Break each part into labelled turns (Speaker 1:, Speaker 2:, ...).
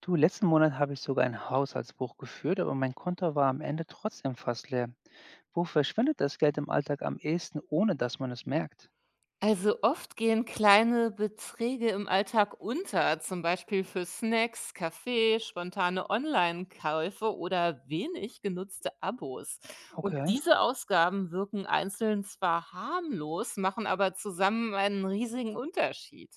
Speaker 1: Du, letzten Monat habe ich sogar ein Haushaltsbuch geführt, aber mein Konto war am Ende trotzdem fast leer. Wo verschwindet das Geld im Alltag am ehesten, ohne dass man es merkt?
Speaker 2: Also oft gehen kleine Beträge im Alltag unter, zum Beispiel für Snacks, Kaffee, spontane Online-Käufe oder wenig genutzte Abos. Und
Speaker 1: Okay.
Speaker 2: diese Ausgaben wirken einzeln zwar harmlos, machen aber zusammen einen riesigen Unterschied.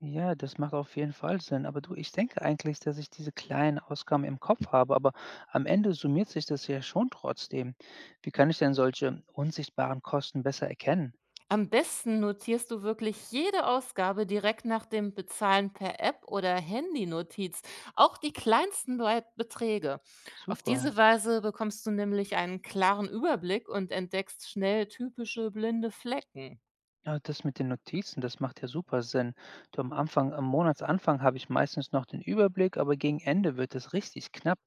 Speaker 1: Ja, das macht auf jeden Fall Sinn. Aber du, ich denke eigentlich, dass ich diese kleinen Ausgaben im Kopf habe, aber am Ende summiert sich das ja schon trotzdem. Wie kann ich denn solche unsichtbaren Kosten besser erkennen?
Speaker 2: Am besten notierst du wirklich jede Ausgabe direkt nach dem Bezahlen per App oder Handynotiz, auch die kleinsten Be Beträge. Auf
Speaker 1: Super.
Speaker 2: diese Weise bekommst du nämlich einen klaren Überblick und entdeckst schnell typische blinde Flecken.
Speaker 1: Ja, das mit den Notizen, das macht ja super Sinn. Du, am Anfang, am Monatsanfang habe ich meistens noch den Überblick, aber gegen Ende wird es richtig knapp.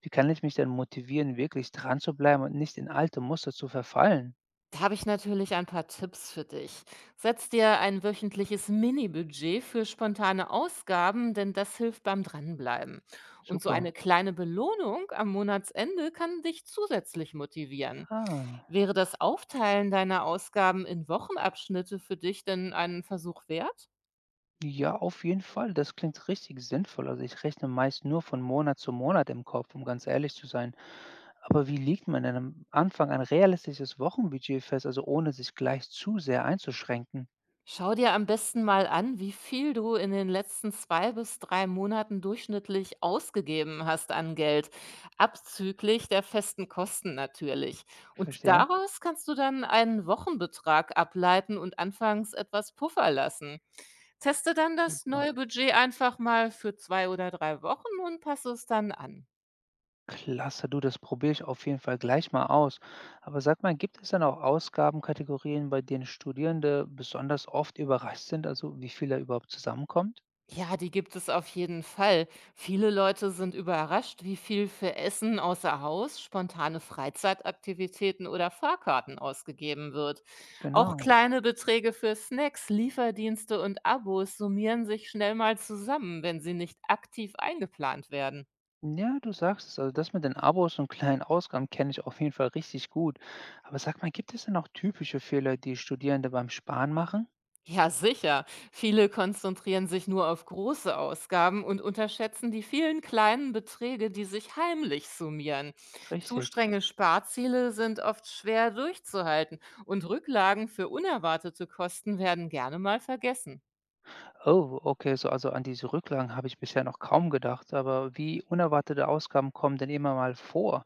Speaker 1: Wie kann ich mich denn motivieren, wirklich dran zu bleiben und nicht in alte Muster zu verfallen?
Speaker 2: Da habe ich natürlich ein paar Tipps für dich. Setz dir ein wöchentliches Mini-Budget für spontane Ausgaben, denn das hilft beim Dranbleiben. Und so
Speaker 1: Super.
Speaker 2: eine kleine Belohnung am Monatsende kann dich zusätzlich motivieren.
Speaker 1: Ah.
Speaker 2: Wäre das Aufteilen deiner Ausgaben in Wochenabschnitte für dich denn einen Versuch wert?
Speaker 1: Ja, auf jeden Fall. Das klingt richtig sinnvoll. Also ich rechne meist nur von Monat zu Monat im Kopf, um ganz ehrlich zu sein. Aber wie legt man denn am Anfang ein realistisches Wochenbudget fest, also ohne sich gleich zu sehr einzuschränken?
Speaker 2: Schau dir am besten mal an, wie viel du in den letzten 2 bis 3 Monaten durchschnittlich ausgegeben hast an Geld, abzüglich der festen Kosten natürlich. Und
Speaker 1: Verstehe.
Speaker 2: daraus kannst du dann einen Wochenbetrag ableiten und anfangs etwas Puffer lassen. Teste dann das
Speaker 1: Super.
Speaker 2: neue Budget einfach mal für 2 oder 3 Wochen und passe es dann an.
Speaker 1: Klasse, du, das probiere ich auf jeden Fall gleich mal aus. Aber sag mal, gibt es denn auch Ausgabenkategorien, bei denen Studierende besonders oft überrascht sind, also wie viel da überhaupt zusammenkommt?
Speaker 2: Ja, die gibt es auf jeden Fall. Viele Leute sind überrascht, wie viel für Essen außer Haus, spontane Freizeitaktivitäten oder Fahrkarten ausgegeben wird. Auch
Speaker 1: Genau.
Speaker 2: kleine Beträge für Snacks, Lieferdienste und Abos summieren sich schnell mal zusammen, wenn sie nicht aktiv eingeplant werden.
Speaker 1: Ja, du sagst es. Also das mit den Abos und kleinen Ausgaben kenne ich auf jeden Fall richtig gut. Aber sag mal, gibt es denn auch typische Fehler, die Studierende beim Sparen machen?
Speaker 2: Ja, sicher. Viele konzentrieren sich nur auf große Ausgaben und unterschätzen die vielen kleinen Beträge, die sich heimlich summieren. Zu
Speaker 1: Richtig.
Speaker 2: strenge Sparziele sind oft schwer durchzuhalten und Rücklagen für unerwartete Kosten werden gerne mal vergessen.
Speaker 1: Oh, okay, so also an diese Rücklagen habe ich bisher noch kaum gedacht, aber wie unerwartete Ausgaben kommen denn immer mal vor?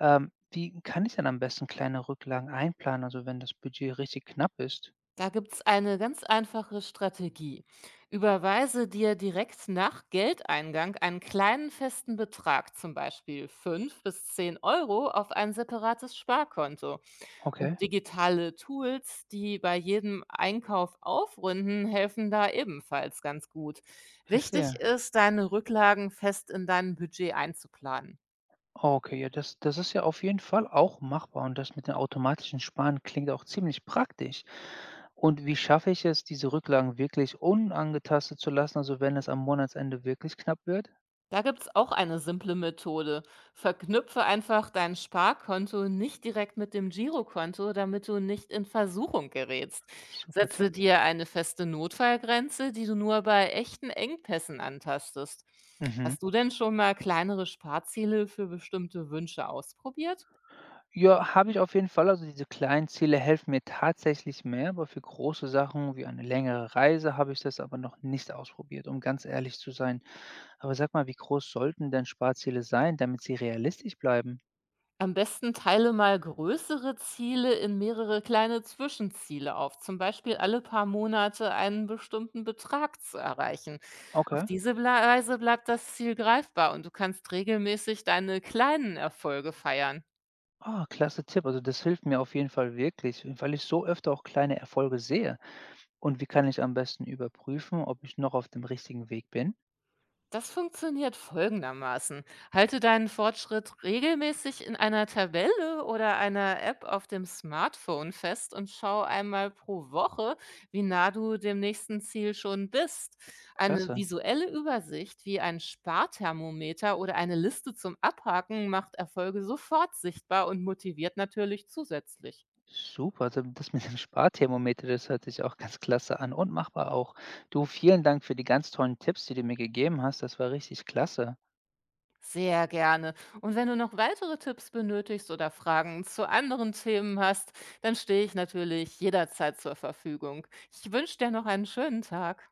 Speaker 1: Wie kann ich denn am besten kleine Rücklagen einplanen, also wenn das Budget richtig knapp ist?
Speaker 2: Da gibt's eine ganz einfache Strategie. Überweise dir direkt nach Geldeingang einen kleinen festen Betrag, zum Beispiel 5 bis 10 Euro, auf ein separates Sparkonto.
Speaker 1: Okay,
Speaker 2: Und digitale Tools, die bei jedem Einkauf aufrunden, helfen da ebenfalls ganz gut. Wichtig
Speaker 1: verstehe.
Speaker 2: ist, deine Rücklagen fest in dein Budget einzuplanen.
Speaker 1: Okay, ja, das ist ja auf jeden Fall auch machbar und das mit dem automatischen Sparen klingt auch ziemlich praktisch. Und wie schaffe ich es, diese Rücklagen wirklich unangetastet zu lassen, also wenn es am Monatsende wirklich knapp wird?
Speaker 2: Da gibt's auch eine simple Methode. Verknüpfe einfach dein Sparkonto nicht direkt mit dem Girokonto, damit du nicht in Versuchung gerätst.
Speaker 1: Super Tipp.
Speaker 2: Setze dir eine feste Notfallgrenze, die du nur bei echten Engpässen antastest.
Speaker 1: Mhm.
Speaker 2: Hast du denn schon mal kleinere Sparziele für bestimmte Wünsche ausprobiert?
Speaker 1: Ja, habe ich auf jeden Fall. Also diese kleinen Ziele helfen mir tatsächlich mehr, aber für große Sachen wie eine längere Reise habe ich das aber noch nicht ausprobiert, um ganz ehrlich zu sein. Aber sag mal, wie groß sollten denn Sparziele sein, damit sie realistisch bleiben?
Speaker 2: Am besten teile mal größere Ziele in mehrere kleine Zwischenziele auf, zum Beispiel alle paar Monate einen bestimmten Betrag zu erreichen. Auf
Speaker 1: Okay.
Speaker 2: diese Weise bleibt das Ziel greifbar und du kannst regelmäßig deine kleinen Erfolge feiern.
Speaker 1: Ah, klasse Tipp. Also das hilft mir auf jeden Fall wirklich, weil ich so öfter auch kleine Erfolge sehe. Und wie kann ich am besten überprüfen, ob ich noch auf dem richtigen Weg bin?
Speaker 2: Das funktioniert folgendermaßen. Halte deinen Fortschritt regelmäßig in einer Tabelle oder einer App auf dem Smartphone fest und schau einmal pro Woche, wie nah du dem nächsten Ziel schon bist. Eine
Speaker 1: Klasse.
Speaker 2: visuelle Übersicht wie ein Sparthermometer oder eine Liste zum Abhaken macht Erfolge sofort sichtbar und motiviert natürlich zusätzlich.
Speaker 1: Super, da das mit dem Sparthermometer, das hört sich auch ganz klasse an und machbar auch. Du, vielen Dank für die ganz tollen Tipps, die du mir gegeben hast. Das war richtig klasse.
Speaker 2: Sehr gerne. Und wenn du noch weitere Tipps benötigst oder Fragen zu anderen Themen hast, dann stehe ich natürlich jederzeit zur Verfügung. Ich wünsche dir noch einen schönen Tag.